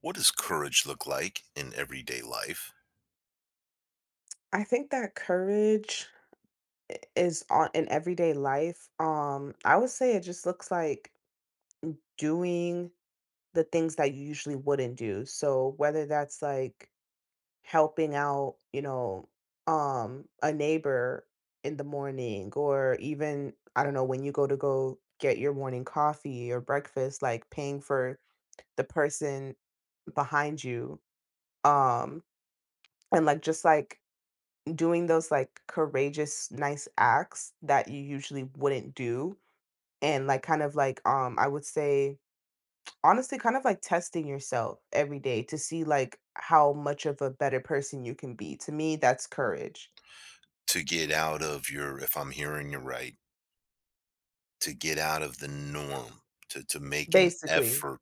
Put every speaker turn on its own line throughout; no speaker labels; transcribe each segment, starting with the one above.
What does courage look like in everyday life?
I think that courage is on in everyday life. I would say it just looks like doing the things that you usually wouldn't do. So whether that's like helping out, a neighbor in the morning, or even I don't know when you go get your morning coffee or breakfast, like paying for the person behind you, um, and like just like doing those like courageous nice acts that you usually wouldn't do, and like kind of like I would say honestly kind of like testing yourself every day to see like how much of a better person you can be. To me, that's courage.
To get out of your, if I'm hearing you right, to get out of the norm, to make an
Basically.
effort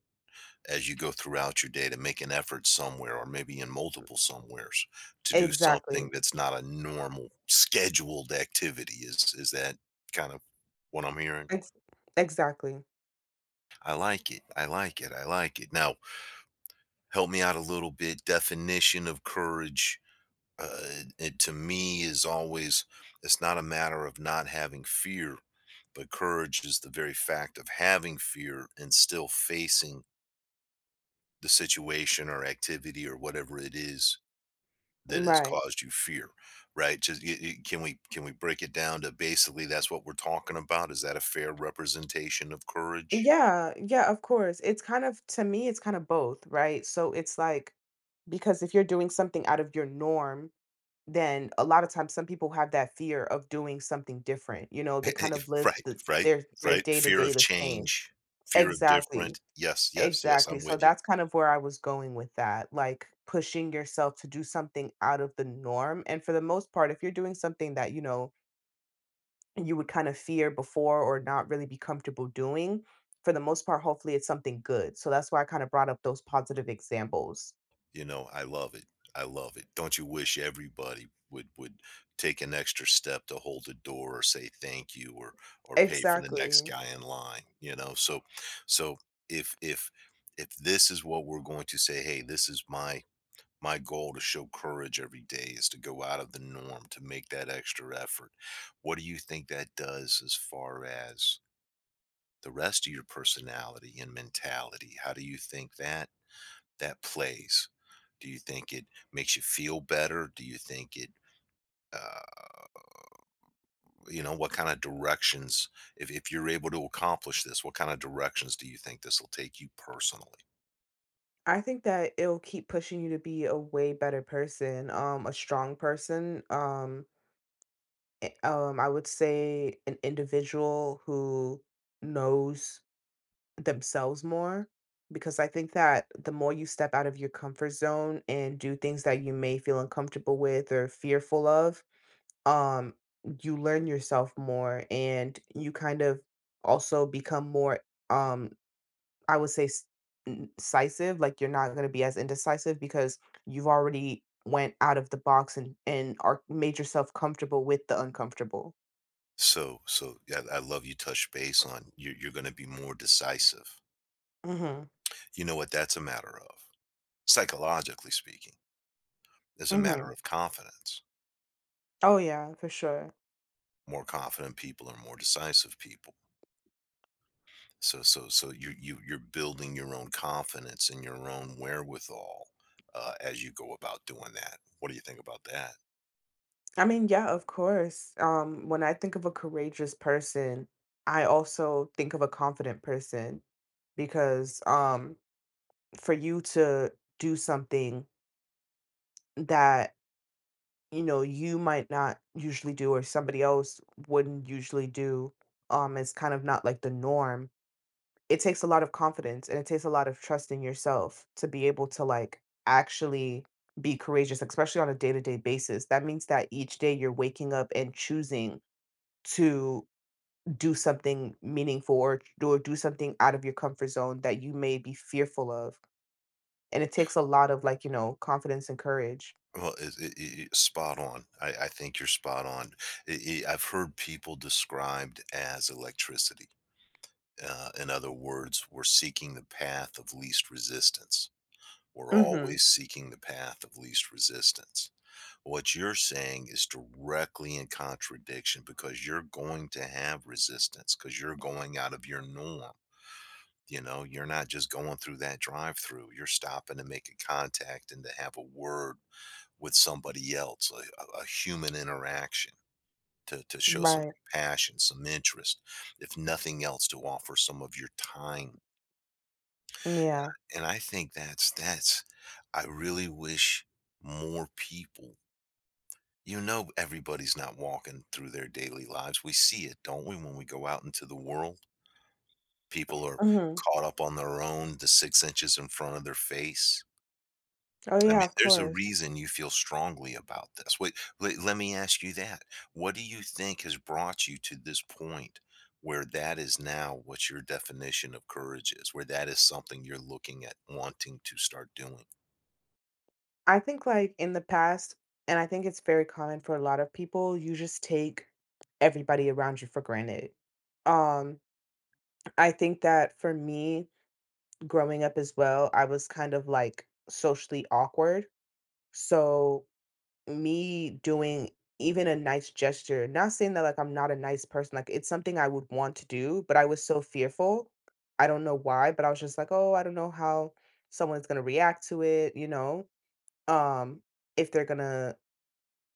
as you go throughout your day to make an effort somewhere, or maybe in multiple somewheres, to do
Exactly.
something that's not a normal scheduled activity? Is that kind of what I'm hearing?
Ex- exactly.
I like it. I like it. I like it. Now, help me out a little bit. Definition of courage. It to me is always it's not a matter of not having fear, but courage is the very fact of having fear and still facing the situation or activity or whatever it is that has
Right.
caused you fear, right? Just y y can we break it down to basically that's what we're talking about? Is that a fair representation of courage?
Yeah, yeah, of course. It's kind of, to me it's kind of both, right? So it's like, because if you're doing something out of your norm, then a lot of times some people have that fear of doing something different, you know, they kind of live
Right,
the
right,
their their
right.
day to
Fear
day
of
the same.
change, fear of
Exactly,
different. Yes, yes, yes.
exactly.
I'm
So
with you.
that's kind of where I was going with that, like pushing yourself to do something out of the norm. And for the most part, if you're doing something that, you know, you would kind of fear before or not really be comfortable doing, for the most part, hopefully it's something good. So that's why I kind of brought up those positive examples.
You know, I love it. I love it. Don't you wish everybody would take an extra step to hold the door or say thank you or pay for the next
Exactly.
guy in line, you know? So so if if if this is what we're going to say, hey, this is my my goal to show courage every day is to go out of the norm, to make that extra effort. What do you think that does as far as the rest of your personality and mentality? How do you think that that plays? Do you think it makes you feel better? Do you think it, uh, you know, what kind of directions, if you're able to accomplish this, what kind of directions do you think this will take you personally?
I think that it'll keep pushing you to be a way better person, a strong person. I would say an individual who knows themselves more, because I think that the more you step out of your comfort zone and do things that you may feel uncomfortable with or fearful of, um, you learn yourself more and you kind of also become more, um I would say like, you're not gonna be as indecisive because you've already went out of the box and are made yourself comfortable with the uncomfortable.
So, so yeah, I love you touch base on you're going to be more decisive.
Mhm.
You know what that's a matter of? Psychologically speaking, is a
Mhm.
matter of confidence.
Oh, yeah, for sure.
More confident people are more decisive people. So so so you're building your own confidence and your own wherewithal, as you go about doing that. What do you think about that?
I mean, yeah, of course. When I think of a courageous person, I also think of a confident person because, for you to do something that, you know, you might not usually do or somebody else wouldn't usually do, it's kind of not like the norm. It takes a lot of confidence and it takes a lot of trust in yourself to be able to like actually be courageous, especially on a day to day basis. That means that each day you're waking up and choosing to do something meaningful, or do something out of your comfort zone that you may be fearful of. And it takes a lot of, like, you know, confidence and courage.
Well, spot on. I think you're spot on. I've heard people described as electricity. In other words, we're seeking the path of least resistance. We're
Mm-hmm.
always seeking the path of least resistance. What you're saying is directly in contradiction because you're going to have resistance because you're going out of your norm. You know, you're not just going through that drive through, you're stopping to make a contact and to have a word with somebody else, a human interaction to show some
Right.
compassion, some interest, if nothing else, to offer some of your time.
Yeah.
And I think I really wish more people. You know, everybody's not walking through their daily lives. We see it, don't we, when we go out into the world? People are
Mm-hmm.
caught up on their own, the 6 inches in front of their face.
Oh,
I mean,
yeah, of
there's a
course.
reason you feel strongly about this. Wait, le let me ask you that. What do you think has brought you to this point where that is now what your definition of courage is, where that is something you're looking at wanting to start doing,
I think, like, in the past, and I think it's very common for a lot of people, you just take everybody around you for granted. Um, I think that for me, growing up as well, I was kind of like socially awkward. So, me doing even a nice gesture, not saying that like I'm not a nice person, like it's something I would want to do, but I was so fearful. I don't know why, but I was just like, oh, I don't know how someone's going to react to it, you know? um if they're gonna,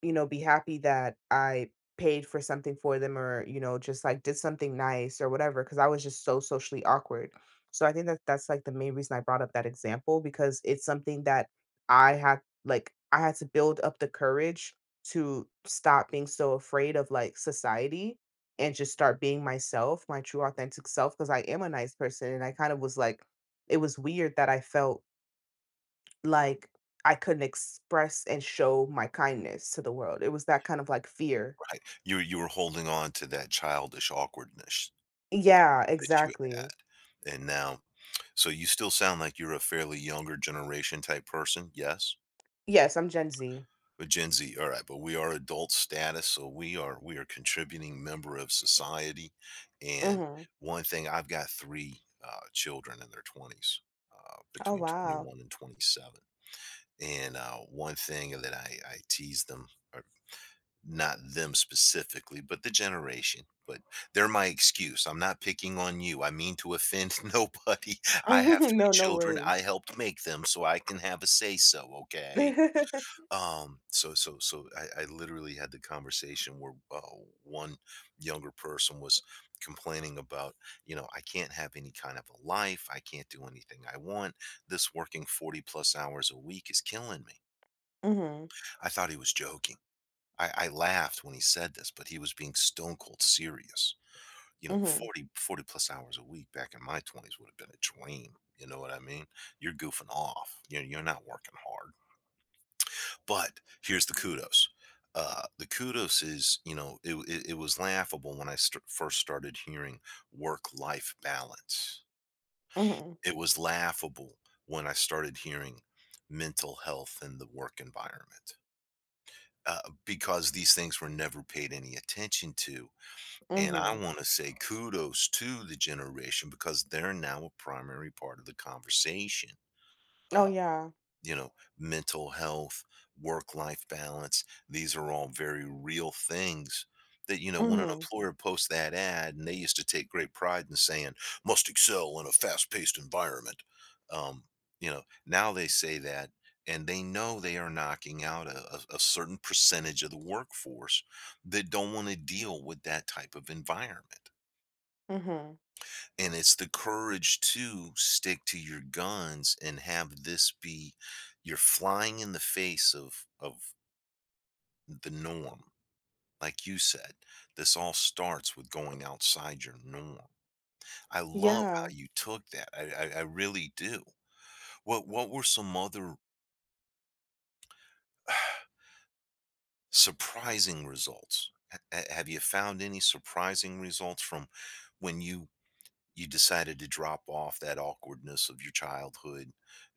be happy that I paid for something for them, or, just like did something nice or whatever, because I was just so socially awkward. So I think that that's like the main reason I brought up that example, because it's something that I had to build up the courage to stop being so afraid of like society and just start being myself, my true authentic self, because I am a nice person. And I kind of was like, it was weird that I felt like, I couldn't express and show my kindness to the world. It was that kind of, like, fear.
right? You were holding on to that childish awkwardness
Yeah,
that you
exactly.
had, and now. So you still sound like you're a fairly younger generation type person, yes?
Yes, I'm Gen Z.
But Gen Z, all right, but we are adult status, so we are contributing member of society. And
Mhm.
one thing, I've got three children in their 20s,
Oh,
between
wow.
21 and 27. And one thing that I tease them, uh, not them specifically, but the generation. But they're my excuse. I'm not picking on you. I mean to offend nobody. I have 3
No, no
children. I
worries.
helped make them, so I can have a say so, okay? So I literally had the conversation where, one younger person was complaining about, you know, "I can't have any kind of a life. I can't do anything I want. This working 40 plus hours a week is killing me."
Mhm.
I thought he was joking. I laughed when he said this, but he was being stone cold serious. You know,
Mhm.
forty plus hours a week back in my 20s would have been a dream, you know what I mean? You're goofing off. You're not working hard. But here's the kudos. The kudos is, you know, it was laughable when I first started hearing work life balance.
Mhm.
It was laughable when I started hearing mental health in the work environment, because these things were never paid any attention to. And I
Mhm.
want to say kudos to the generation because they're now a primary part of the conversation.
Oh,
Uh,
yeah.
you know, mental health, work life balance, these are all very real things that, you know, when an
Mhm.
employer posts that ad and they used to take great pride in saying, must excel in a fast paced environment. Um, you know, now they say that and they know they are knocking out a certain percentage of the workforce that don't want to deal with that type of environment,
Mhm.
and it's the courage to stick to your guns and have this be you're flying in the face of the norm, like you said. This all starts with going outside your norm. I love how
Yeah.
you took that. I really do. What were some other surprising results? Have you found any surprising results from when you decided to drop off that awkwardness of your childhood?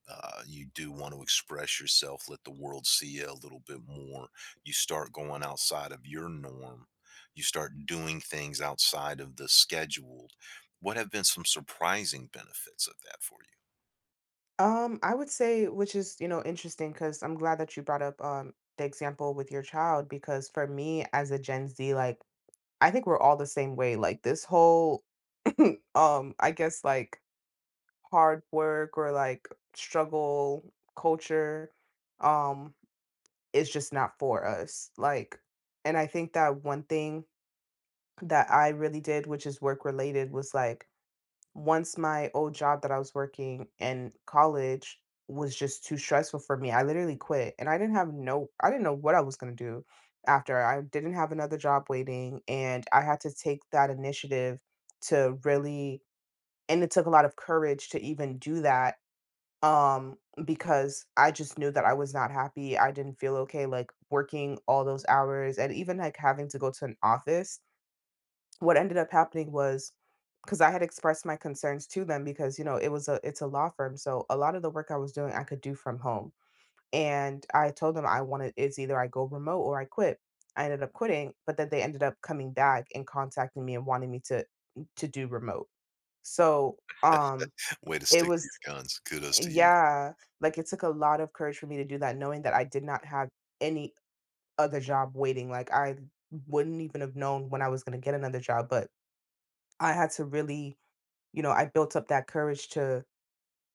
You do want to express yourself, let the world see you a little bit more. You start going outside of your norm. You start doing things outside of the scheduled. What have been some surprising benefits of that for you?
I would say, which is, you know, interesting because 'cause I'm glad that you brought up, the example with your child, because for me as a Gen Z, like, I think we're all the same way, like, this whole I guess like hard work or like struggle culture um is just not for us, like. And I think that one thing that I really did, which is work related, was like, once my old job that I was working in college was just too stressful for me, I literally quit. And I didn't know what I was going to do after. I didn't have another job waiting, and I had to take that initiative to really and it took a lot of courage to even do that, um, because I just knew that I was not happy, I didn't feel okay, like, working all those hours and even, like, having to go to an office. What ended up happening was, because I had expressed my concerns to them, because, you know, it's a law firm, so a lot of the work I was doing, I could do from home, and I told them I wanted it's either I go remote or I quit. I ended up quitting, but then they ended up coming back and contacting me and wanting me to do remote. So, um,
Way to
it
stick to
was,
your guns. Kudos to you.
yeah, like, it took a lot of courage for me to do that, knowing that I did not have any other job waiting, like, I wouldn't even have known when I was gonna get another job. But I had to really I built up that courage to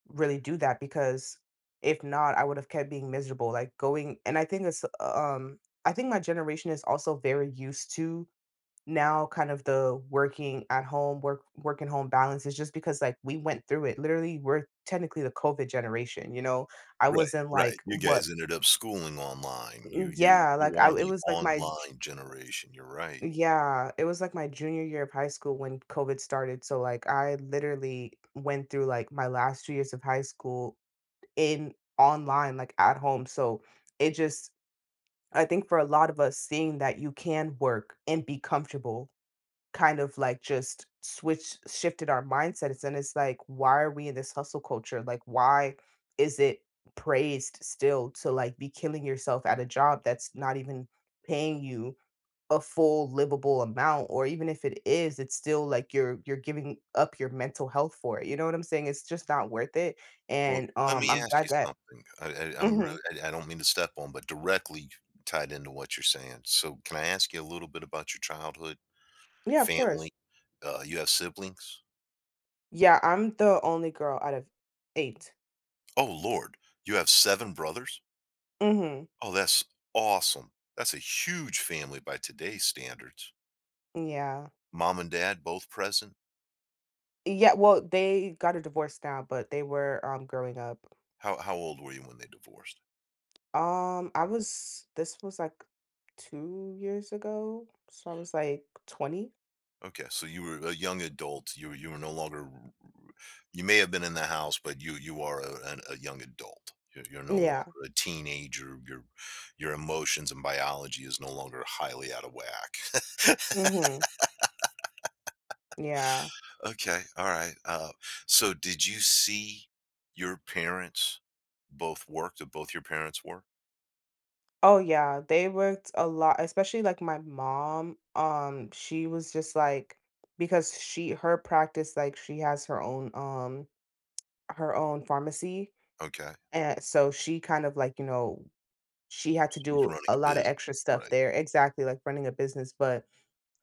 really do that, because if not, I would have kept being miserable, like, going and I think I think my generation is also very used to now kind of the working at home, work and home balance is just because, like, we went through it. Literally, we're technically the COVID generation, you know? I
Right,
was in,
right.
like,
You
what?
guys ended up schooling online. You
Mm,
you
yeah, like,
you
I
are
it
the
was like my j
online generation. You're right.
yeah, it was like my junior year of high school when COVID started, so, like, I literally went through, like, my last 2 years of high school in online, like, at home. So it just I think for a lot of us, seeing that you can work and be comfortable kind of like just switch shifted our mindsets. And it's like, why are we in this hustle culture? Like, why is it praised still to like be killing yourself at a job that's not even paying you a full livable amount? Or even if it is, it's still like you're giving up your mental health for it, you know what I'm saying? It's just not worth it.
Well,
And
let me
I'm
ask
glad
you
that.
something. I'm
Hmm.
really, I don't mean to step on, but directly tied into what you're saying. So, can I ask you a little bit about your childhood,
Yeah, of course.
family? You have siblings?
Yeah, I'm the only girl out of 8.
Oh, Lord, you have seven brothers?
Mm-hmm.
Oh, that's awesome. That's a huge family by today's standards.
Yeah.
Mom and dad both present.
Yeah, well, they got a divorce now, but they were, growing up.
How old were you when they divorced?
I was this was, like, 2 years ago, so I was, like, 20?
Okay, so you were a young adult. You were no longer you may have been in the house, but you are an a young adult. You're no
Yeah.
longer a teenager. Your emotions and biology is no longer highly out of whack.
Mhm. Yeah.
Okay, all right. So did you see your parents both work? Did both your parents work?
Oh, yeah, they worked a lot, especially, like, my mom, she was just, like, because she, her practice, like, she has her own pharmacy,
Okay,
and so she kind of, like, you know, she had to
she's
do
running
a
a
lot of
business,
extra stuff
right?
there, exactly, like running a business, but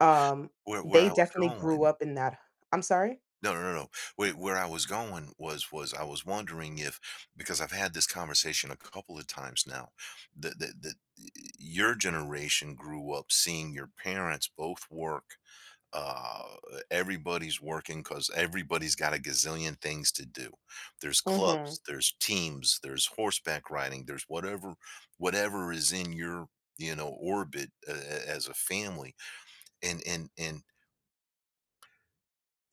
Um,
Where
they
I was
definitely grew
going.
up in that. I'm sorry?
No, no, no, no. Where I was going was I was wondering if because I've had this conversation a couple of times now that your generation grew up seeing your parents both work. Uh, Everybody's working because everybody's got a gazillion things to do. There's
Mhm.
clubs, there's teams, there's horseback riding, there's whatever is in your, you know, orbit, as a family, and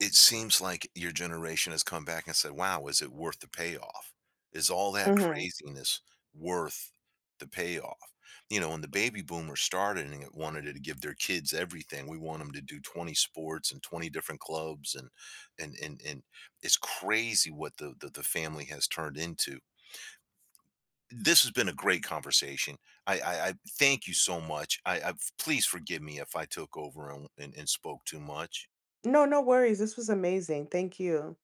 it seems like your generation has come back and said, "Wow, is it worth the payoff? Is all that
Mhm.
craziness worth the payoff?" You know, when the baby boomers started and it wanted to give their kids everything, we want them to do 20 sports and 20 different clubs, and it's crazy what the family has turned into. This has been a great conversation. I thank you so much. I please forgive me if I took over, and spoke too much.
No, no worries, this was amazing, thank you.